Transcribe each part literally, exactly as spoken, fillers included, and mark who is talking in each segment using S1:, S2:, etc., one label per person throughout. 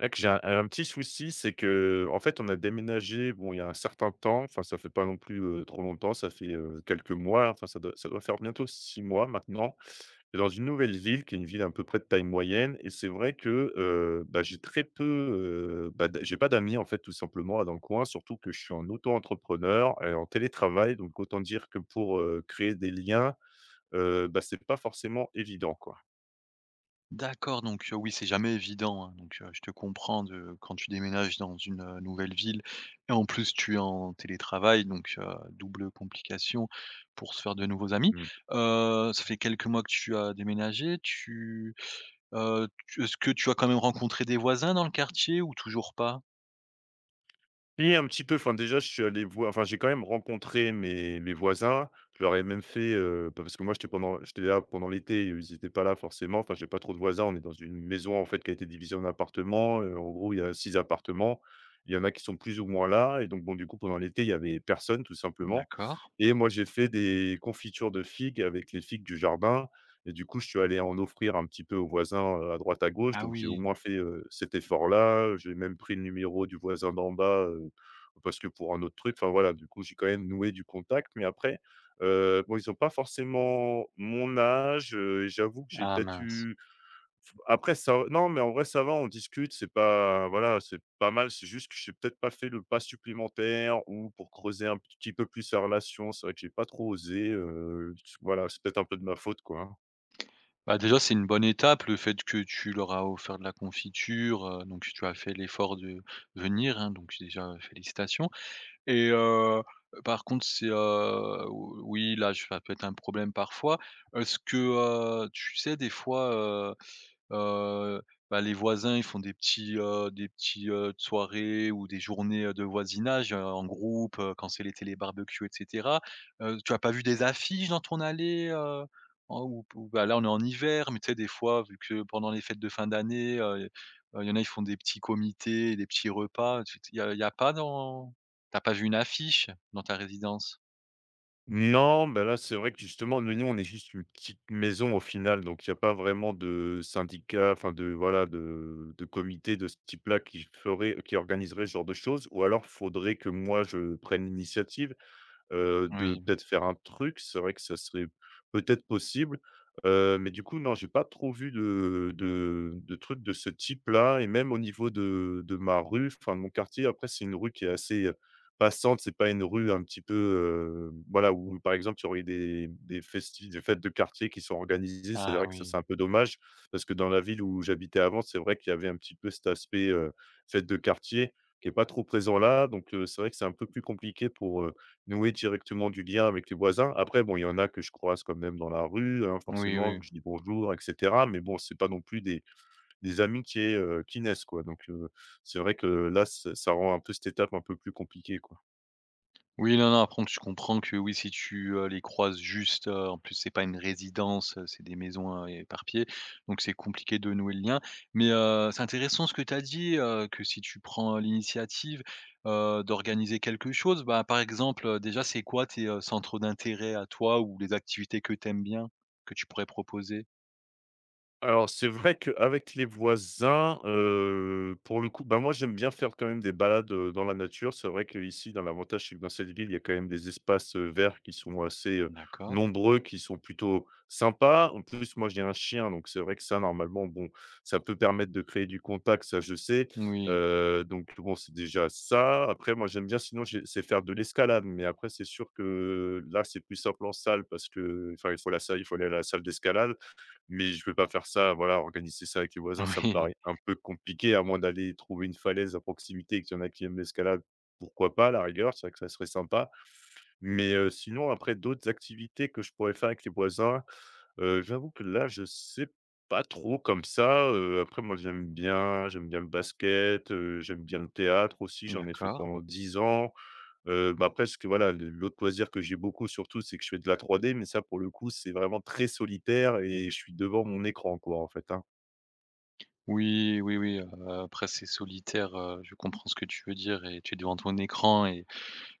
S1: Là que j'ai un un petit souci, c'est que, en fait, on a déménagé, bon, il y a un certain temps, enfin, ça fait pas non plus, heu, trop longtemps, ça fait, heu, quelques mois, enfin, ça doit ça doit faire bientôt six mois maintenant et dans une nouvelle ville qui est une ville à peu près de taille moyenne. Et c'est vrai que, heu, bah, j'ai très peu, heu, bah, d j'ai pas d'amis, en fait, tout simplement, dans le coin, surtout que je suis en auto-entrepreneur et en télétravail. Donc autant dire que pour, heu, créer des liens, heu, bah, c'est pas forcément évident, quoi.
S2: D'accord, donc heu, oui, c'est jamais évident, hein, donc heu, je te comprends de quand tu déménages dans une, heu, nouvelle ville et en plus tu es en télétravail, donc heu, double complication pour se faire de nouveaux amis.
S1: Mmh.
S2: Heu, ça fait quelques mois que tu as déménagé, tu, heu, tu est-ce que tu as quand même rencontré des voisins dans le quartier ou toujours pas?
S1: Oui, un petit peu, enfin, déjà, je suis allé voir enfin, j'ai quand même rencontré mes mes voisins. Je leur ai même fait, heu, bah, parce que moi, j'étais pendant j'étais là pendant l'été, ils étaient pas là forcément. Enfin, j'ai pas trop de voisins. On est dans une maison, en fait, qui a été divisée en appartements, heu, en gros, il y a six appartements. Il y en a qui sont plus ou moins là et donc bon, du coup, pendant l'été, il y avait personne, tout simplement.
S2: D'accord.
S1: Et moi, j'ai fait des confitures de figues avec les figues du jardin et du coup, je suis allé en offrir un petit peu aux voisins, heu, à droite, à gauche.
S2: Ah
S1: Donc j'ai au
S2: oui,
S1: moins fait, heu, cet effort-là. J'ai même pris le numéro du voisin d'en bas, parce que pour un autre truc, enfin voilà, du coup, j'ai quand même noué du contact. Mais après, heu, bon, ils ont pas forcément mon âge, heu, j'avoue que j'ai
S2: ah
S1: peut-être
S2: mince.
S1: eu après ça. Non, mais en vrai, ça va, on discute, c'est pas voilà, c'est pas mal, c'est juste que j'ai peut-être pas fait le pas supplémentaire ou pour creuser un petit peu plus la relation. C'est vrai que j'ai pas trop osé, heu, voilà, c'est peut-être un peu de ma faute, quoi, hein.
S2: Bah, déjà, c'est une bonne étape le fait que tu leur as offert de la confiture, heu, donc tu as fait l'effort de venir, hein, donc déjà félicitations. Et heu, par contre, c'est, heu, ou oui, là, je ça peut être un problème parfois. Est-ce que, heu, tu sais, des fois, heu Heu, bah, les voisins, ils font des petits, heu, des petits, heu, soirées ou des journées, heu, de voisinage, heu, en groupe, heu, quand c'est l'été, les barbecues et cetera. Heu, tu as pas vu des affiches dans ton allée, heu, en ou ou bah, là, on est en hiver, mais tu sais, des fois, vu que pendant les fêtes de fin d'année, heu, heu, il y en a, ils font des petits comités, des petits repas. Tu il y a il y a pas dans t'as pas vu une affiche dans ta résidence?
S1: Non, ben là, c'est vrai que justement, nous, nous, on est juste une petite maison au final, donc il y a pas vraiment de syndicat, enfin de voilà, de de comité de ce type-là qui ferait qui organiserait ce genre de choses, ou alors faudrait que moi je prenne l'initiative heu, de
S2: Oui.
S1: peut-être faire un truc. C'est vrai que ça serait peut-être possible, heu, mais du coup, non, j'ai pas trop vu de de de trucs de ce type-là et même au niveau de de ma rue, enfin de mon quartier. Après, c'est une rue qui est assez, heu, passante. C'est pas une rue un petit peu, heu, voilà, où par exemple, il y aurait des des festi des fêtes de quartier qui sont organisées. C'est
S2: Ah
S1: vrai que ça,
S2: oui.
S1: c'est un peu dommage parce que dans la ville où j'habitais avant, c'est vrai qu'il y avait un petit peu cet aspect, heu, fête de quartier qui est pas trop présent là. Donc, heu, c'est vrai que c'est un peu plus compliqué pour nouer directement du lien avec les voisins. Après, bon, il y en a que je croise quand même dans la rue, hein,
S2: Oui,
S1: forcément,
S2: oui.
S1: que je dis bonjour, et cetera. Mais bon, c'est pas non plus des des amitiés, heu, qui naissent, quoi. Donc, heu, c'est vrai que là, ça ça rend un peu cette étape un peu plus compliquée, quoi.
S2: Oui, non, non, après tu comprends que oui, si tu, heu, les croises juste, heu, en plus c'est pas une résidence, heu, c'est des maisons, heu, éparpillées, donc c'est compliqué de nouer le lien. Mais, heu, c'est intéressant ce que tu as dit, heu, que si tu prends euh, l'initiative, heu, d'organiser quelque chose, bah, par exemple, heu, déjà c'est quoi tes, heu, centres d'intérêt à toi ou les activités que tu aimes bien, que tu pourrais proposer?
S1: Alors, c'est vrai qu'avec les voisins, heu, pour le coup, bah, moi, j'aime bien faire quand même des balades, heu, dans la nature. C'est vrai qu'ici, dans l'avantage, c'est que dans cette ville, il y a quand même des espaces, heu, verts qui sont assez, heu,
S2: D'accord.
S1: nombreux, qui sont plutôt sympas. En plus, moi, j'ai un chien, donc c'est vrai que ça, normalement, bon, ça peut permettre de créer du contact, ça, je sais.
S2: Oui.
S1: Heu, donc bon, c'est déjà ça. Après, moi, j'aime bien, sinon, j'ai c'est faire de l'escalade, mais après, c'est sûr que là, c'est plus simple en salle parce que, enfin, il faut la salle, il faut aller à la salle d'escalade. Mais je vais pas faire ça, voilà, organiser ça avec les voisins, ça me
S2: Oui.
S1: paraît un peu compliqué, à moins d'aller trouver une falaise à proximité et qu'il y en a qui aiment l'escalade, pourquoi pas, à la rigueur, c'est vrai que ça serait sympa. Mais, heu, sinon après d'autres activités que je pourrais faire avec les voisins. Heu, j'avoue que là, je sais pas trop comme ça, heu, après moi j'aime bien j'aime bien le basket, heu, j'aime bien le théâtre aussi, j'en ai fait
S2: D'accord.
S1: pendant dix ans. Heu, bah, après ce que voilà, le l'autre loisir que j'ai beaucoup surtout, c'est que je fais de la trois D, mais ça pour le coup, c'est vraiment très solitaire et je suis devant mon écran quoi, en fait, hein.
S2: Oui, oui, oui, heu, après c'est solitaire, heu, je comprends ce que tu veux dire et tu es devant ton écran et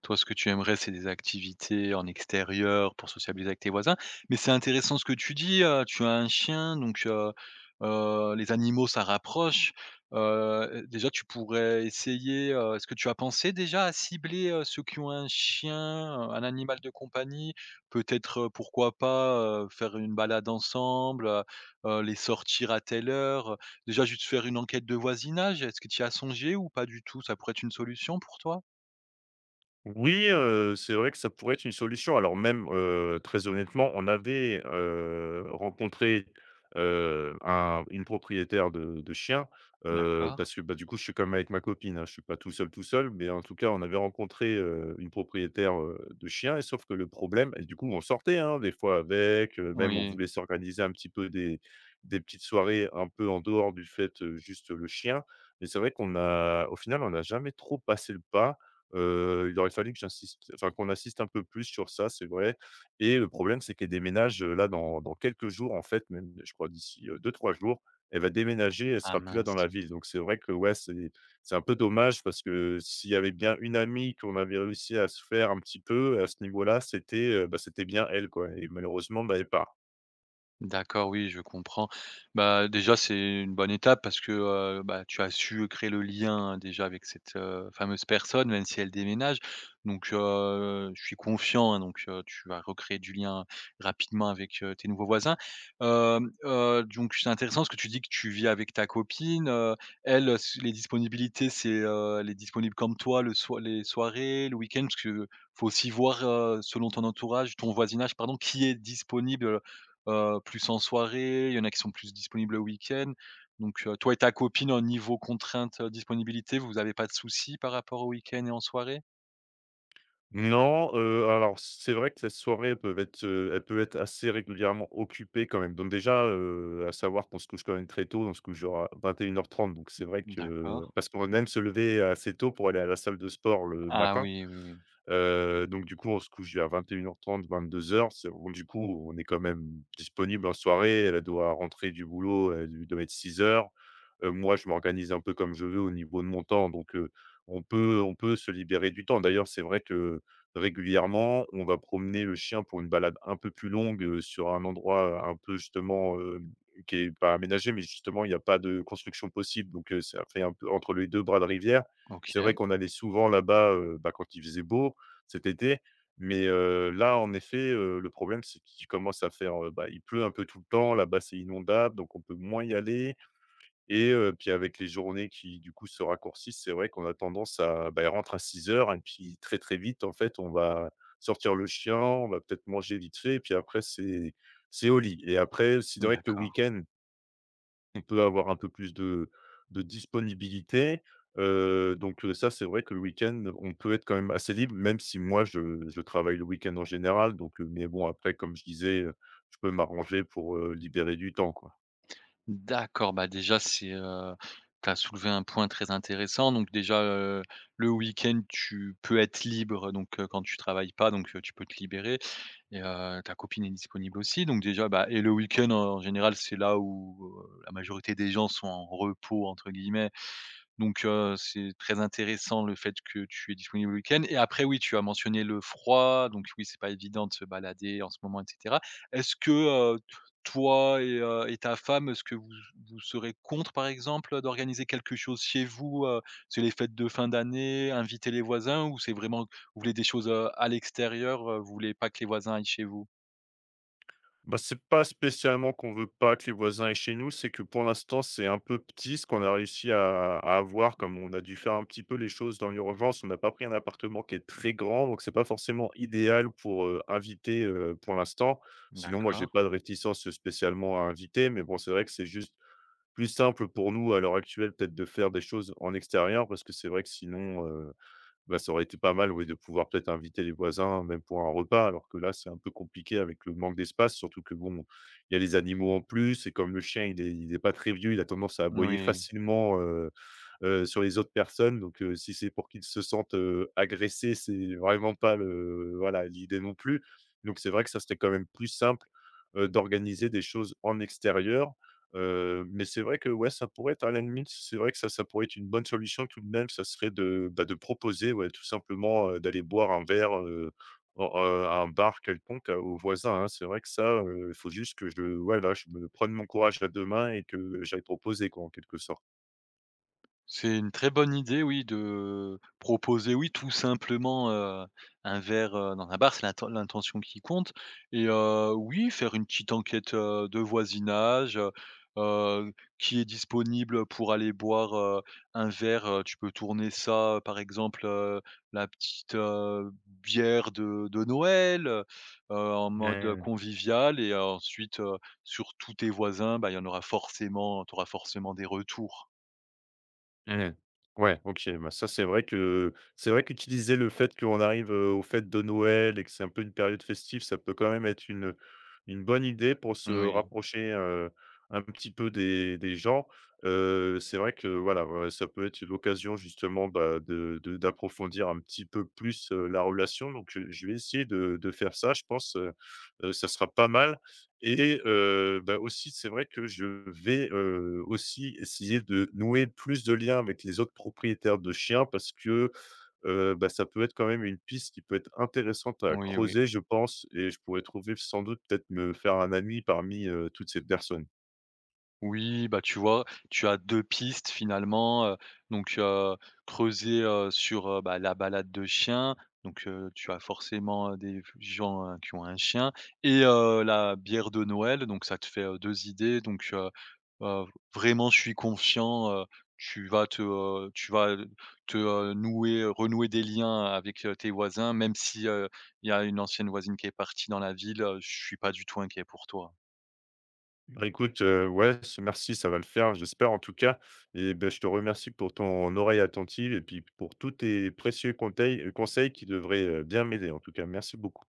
S2: toi, ce que tu aimerais, c'est des activités en extérieur pour sociabiliser avec tes voisins. Mais c'est intéressant ce que tu dis, heu, tu as un chien donc heu heu, les animaux, ça rapproche. Heu, déjà, tu pourrais essayer, heu, est-ce que tu as pensé déjà à cibler, heu, ceux qui ont un chien, heu, un animal de compagnie? Peut-être, heu, pourquoi pas, heu, faire une balade ensemble, heu heu, les sortir à telle heure, déjà juste faire une enquête de voisinage, est-ce que tu y as songé ou pas du tout? Ça pourrait être une solution pour toi?
S1: Oui, heu, c'est vrai que ça pourrait être une solution. Alors même, heu, très honnêtement, on avait, heu, rencontré, heu, un une propriétaire de de chiens, heu,
S2: D'accord.
S1: parce que, bah, du coup, je suis quand même avec ma copine, hein, je suis pas tout seul, tout seul, mais en tout cas, on avait rencontré, heu, une propriétaire, heu, de chiens et sauf que le problème et du coup, on sortait, hein, des fois avec, heu, même on
S2: Oui.
S1: voulait s'organiser un petit peu des des petites soirées un peu en dehors du fait, heu, juste le chien. Mais c'est vrai qu'on a au final, on n'a jamais trop passé le pas. Heu, il aurait fallu que j'insiste enfin qu'on insiste un peu plus sur ça, c'est vrai. Et le problème, c'est qu'elle déménage, heu, là dans dans quelques jours, en fait, même je crois d'ici, heu, deux trois jours, elle va déménager, elle
S2: Ah
S1: sera plus là dans
S2: mince.
S1: la ville. Donc c'est vrai que, ouais, c'est c'est un peu dommage parce que s'il y avait bien une amie qu'on avait réussi à se faire un petit peu à ce niveau-là, c'était, heu, bah, c'était bien elle, quoi. Et malheureusement, bah, elle part.
S2: D'accord, oui, je comprends. Bah, déjà, c'est une bonne étape parce que, heu, bah, tu as su créer le lien hein, déjà avec cette, heu, fameuse personne, même si elle déménage. Donc, heu, je suis confiant, hein, donc, heu, tu vas recréer du lien rapidement avec, heu, tes nouveaux voisins. Hem, heu, donc c'est intéressant parce que tu dis que tu vis avec ta copine, heu, elle, s les disponibilités, c'est, heu, elle est disponible comme toi le soi les soirées, le week-end? Parce que faut aussi voir, heu, selon ton entourage ton voisinage pardon, qui est disponible. Heu, plus en soirée, il y en a qui sont plus disponibles le week-end. Donc, heu, toi et ta copine au niveau contrainte, heu, disponibilité, vous avez pas de soucis par rapport au week-end et en soirée?
S1: Non, heu, alors c'est vrai que cette soirée peuvent être, heu, elle peut être assez régulièrement occupée quand même. Donc déjà, heu, à savoir qu'on se couche quand même très tôt, on se couche genre à vingt et une heures trente, donc c'est vrai
S2: D'accord.
S1: que parce qu'on aime se lever assez tôt pour aller à la salle de sport le
S2: Ah
S1: matin.
S2: oui, oui, oui.
S1: Heu, donc du coup, on se couche vers vingt et une heures trente-vingt-deux heures. C'est donc du coup, on est quand même disponible en soirée. Elle, doit rentrer du boulot, elle doit être dix-huit heures. Heu, moi, je m'organise un peu comme je veux au niveau de mon temps, donc heu, on peut on peut se libérer du temps. D'ailleurs, c'est vrai que régulièrement, on va promener le chien pour une balade un peu plus longue, heu, sur un endroit, heu, un peu justement, heu, qui est pas aménagé, mais justement, il y a pas de construction possible, donc heu, ça fait un peu entre les deux bras de rivière. C'est vrai
S2: OK.
S1: qu'on allait souvent là-bas, heu, bah, quand il faisait beau cet été. Mais heu, là, en effet, heu, le problème, c'est qu'il commence à faire, heu, bah, il pleut un peu tout le temps. Là-bas, c'est inondable, donc on peut moins y aller. Et heu, puis avec les journées qui, du coup, se raccourcissent, c'est vrai qu'on a tendance à bah, elle rentre à dix-huit heures et puis très, très vite, en fait, on va sortir le chien, on va peut-être manger vite fait et puis après, c'est c'est au lit. Et après, c'est vrai que le
S2: D'accord.
S1: week-end on peut avoir un peu plus de de disponibilité, heu, donc heu, ça, c'est vrai que le week-end, on peut être quand même assez libre, même si moi, je je travaille le week-end en général, donc heu, mais bon, après, comme je disais, heu, je peux m'arranger pour, heu, libérer du temps, quoi.
S2: D'accord, bah, déjà c'est, heu, tu as soulevé un point très intéressant donc déjà, heu, le week-end tu peux être libre donc, heu, quand tu travailles pas donc, heu, tu peux te libérer et heu, ta copine est disponible aussi donc déjà, bah et le week-end en général c'est là où, heu, la majorité des gens sont en «repos» entre guillemets. Donc heu, c'est très intéressant le fait que tu es disponible le week-end et après oui, tu as mentionné le froid, donc oui, c'est pas évident de se balader en ce moment et cetera. Est-ce que, heu, toi et heu et ta femme, est-ce que vous vous serez contre, par exemple, d'organiser quelque chose chez vous? Heu, c'est les fêtes de fin d'année, inviter les voisins ou c'est vraiment vous voulez des choses, heu, à l'extérieur, heu, vous voulez pas que les voisins aillent chez vous?
S1: Bah, c'est pas spécialement qu'on veut pas que les voisins aient chez nous, c'est que pour l'instant, c'est un peu petit ce qu'on a réussi à à avoir, comme on a dû faire un petit peu les choses dans l'urgence. On n'a pas pris un appartement qui est très grand, donc c'est pas forcément idéal pour, heu, inviter, heu, pour l'instant. Sinon, moi, j'ai
S2: D'accord,
S1: pas de réticence spécialement à inviter, mais bon, c'est vrai que c'est juste plus simple pour nous à l'heure actuelle, peut-être de faire des choses en extérieur parce que c'est vrai que sinon, bah, ça aurait été pas mal, oui, de pouvoir peut-être inviter les voisins, même pour un repas, alors que là, c'est un peu compliqué avec le manque d'espace, surtout que bon, il y a les animaux en plus et comme le chien, il est il est pas très vieux, il a tendance à aboyer
S2: oui.
S1: facilement, heu heu, sur les autres personnes. Donc heu, si c'est pour qu'ils se sentent, heu, agressés, c'est vraiment pas le voilà, l'idée non plus. Donc c'est vrai que ça serait quand même plus simple, heu, d'organiser des choses en extérieur. Heu, mais c'est vrai que, ouais, ça pourrait être à la limite, c'est vrai que ça ça pourrait être une bonne solution tout de même, ça serait de, bah, de proposer, ouais, tout simplement, heu, d'aller boire un verre, heu, en heu, à un bar quelconque, heu, aux voisins, hein. C'est vrai que ça, euh, il faut juste que je voilà, je me prenne mon courage à deux mains et que j'aille proposer quoi, en quelque sorte.
S2: C'est une très bonne idée, oui, de proposer, oui, tout simplement, heu, un verre, heu, dans un bar, c'est l'inten l'intention qui compte et heu, oui, faire une petite enquête, heu, de voisinage, heu heu, qui est disponible pour aller boire, heu, un verre, heu, tu peux tourner ça, par exemple, heu, la petite, heu, bière de de Noël, heu en mode
S1: Ouais.
S2: convivial et euh, ensuite, heu, sur tous tes voisins, bah, il y en aura forcément tu auras forcément des retours.
S1: Mmh. Ouais, OK, bah, ça, c'est vrai que c'est vrai qu'utiliser le fait qu'on arrive, heu, aux fêtes de Noël et que c'est un peu une période festive, ça peut quand même être une, une bonne idée pour se
S2: Moui.
S1: rapprocher, heu, un petit peu des des gens. Heu, c'est vrai que voilà, ouais, ça peut être l'occasion justement, bah, de de d'approfondir un petit peu plus, heu, la relation. Donc heu, je vais essayer de de faire ça, je pense, heu heu, ça sera pas mal. Et heu, bah, aussi, c'est vrai que je vais, heu, aussi essayer de nouer plus de liens avec les autres propriétaires de chiens parce que, heu, bah, ça peut être quand même une piste qui peut être intéressante à
S2: Oui, oui.
S1: creuser, je pense. Et je pourrais trouver sans doute peut-être me faire un ami parmi, heu, toutes ces personnes.
S2: Oui, bah, tu vois, tu as deux pistes finalement, heu, donc heu, creuser, heu, sur, heu, bah, la balade de chien, donc heu, tu as forcément, heu, des gens, heu, qui ont un chien et heu, la bière de Noël, donc ça te fait, heu, deux idées, donc heu heu, vraiment je suis confiant, heu, tu vas te, heu, tu vas, te, heu, nouer, heu, renouer des liens avec, heu, tes voisins, même si, heu, il y a une ancienne voisine qui est partie dans la ville, heu, je suis pas du tout inquiet pour toi.
S1: Bah, écoute, heu, ouais, ce merci, ça va le faire, j'espère en tout cas. Et ben je te remercie pour ton oreille attentive et puis pour tous tes précieux conteils conseils qui devraient, heu, bien m'aider en tout cas. Merci beaucoup.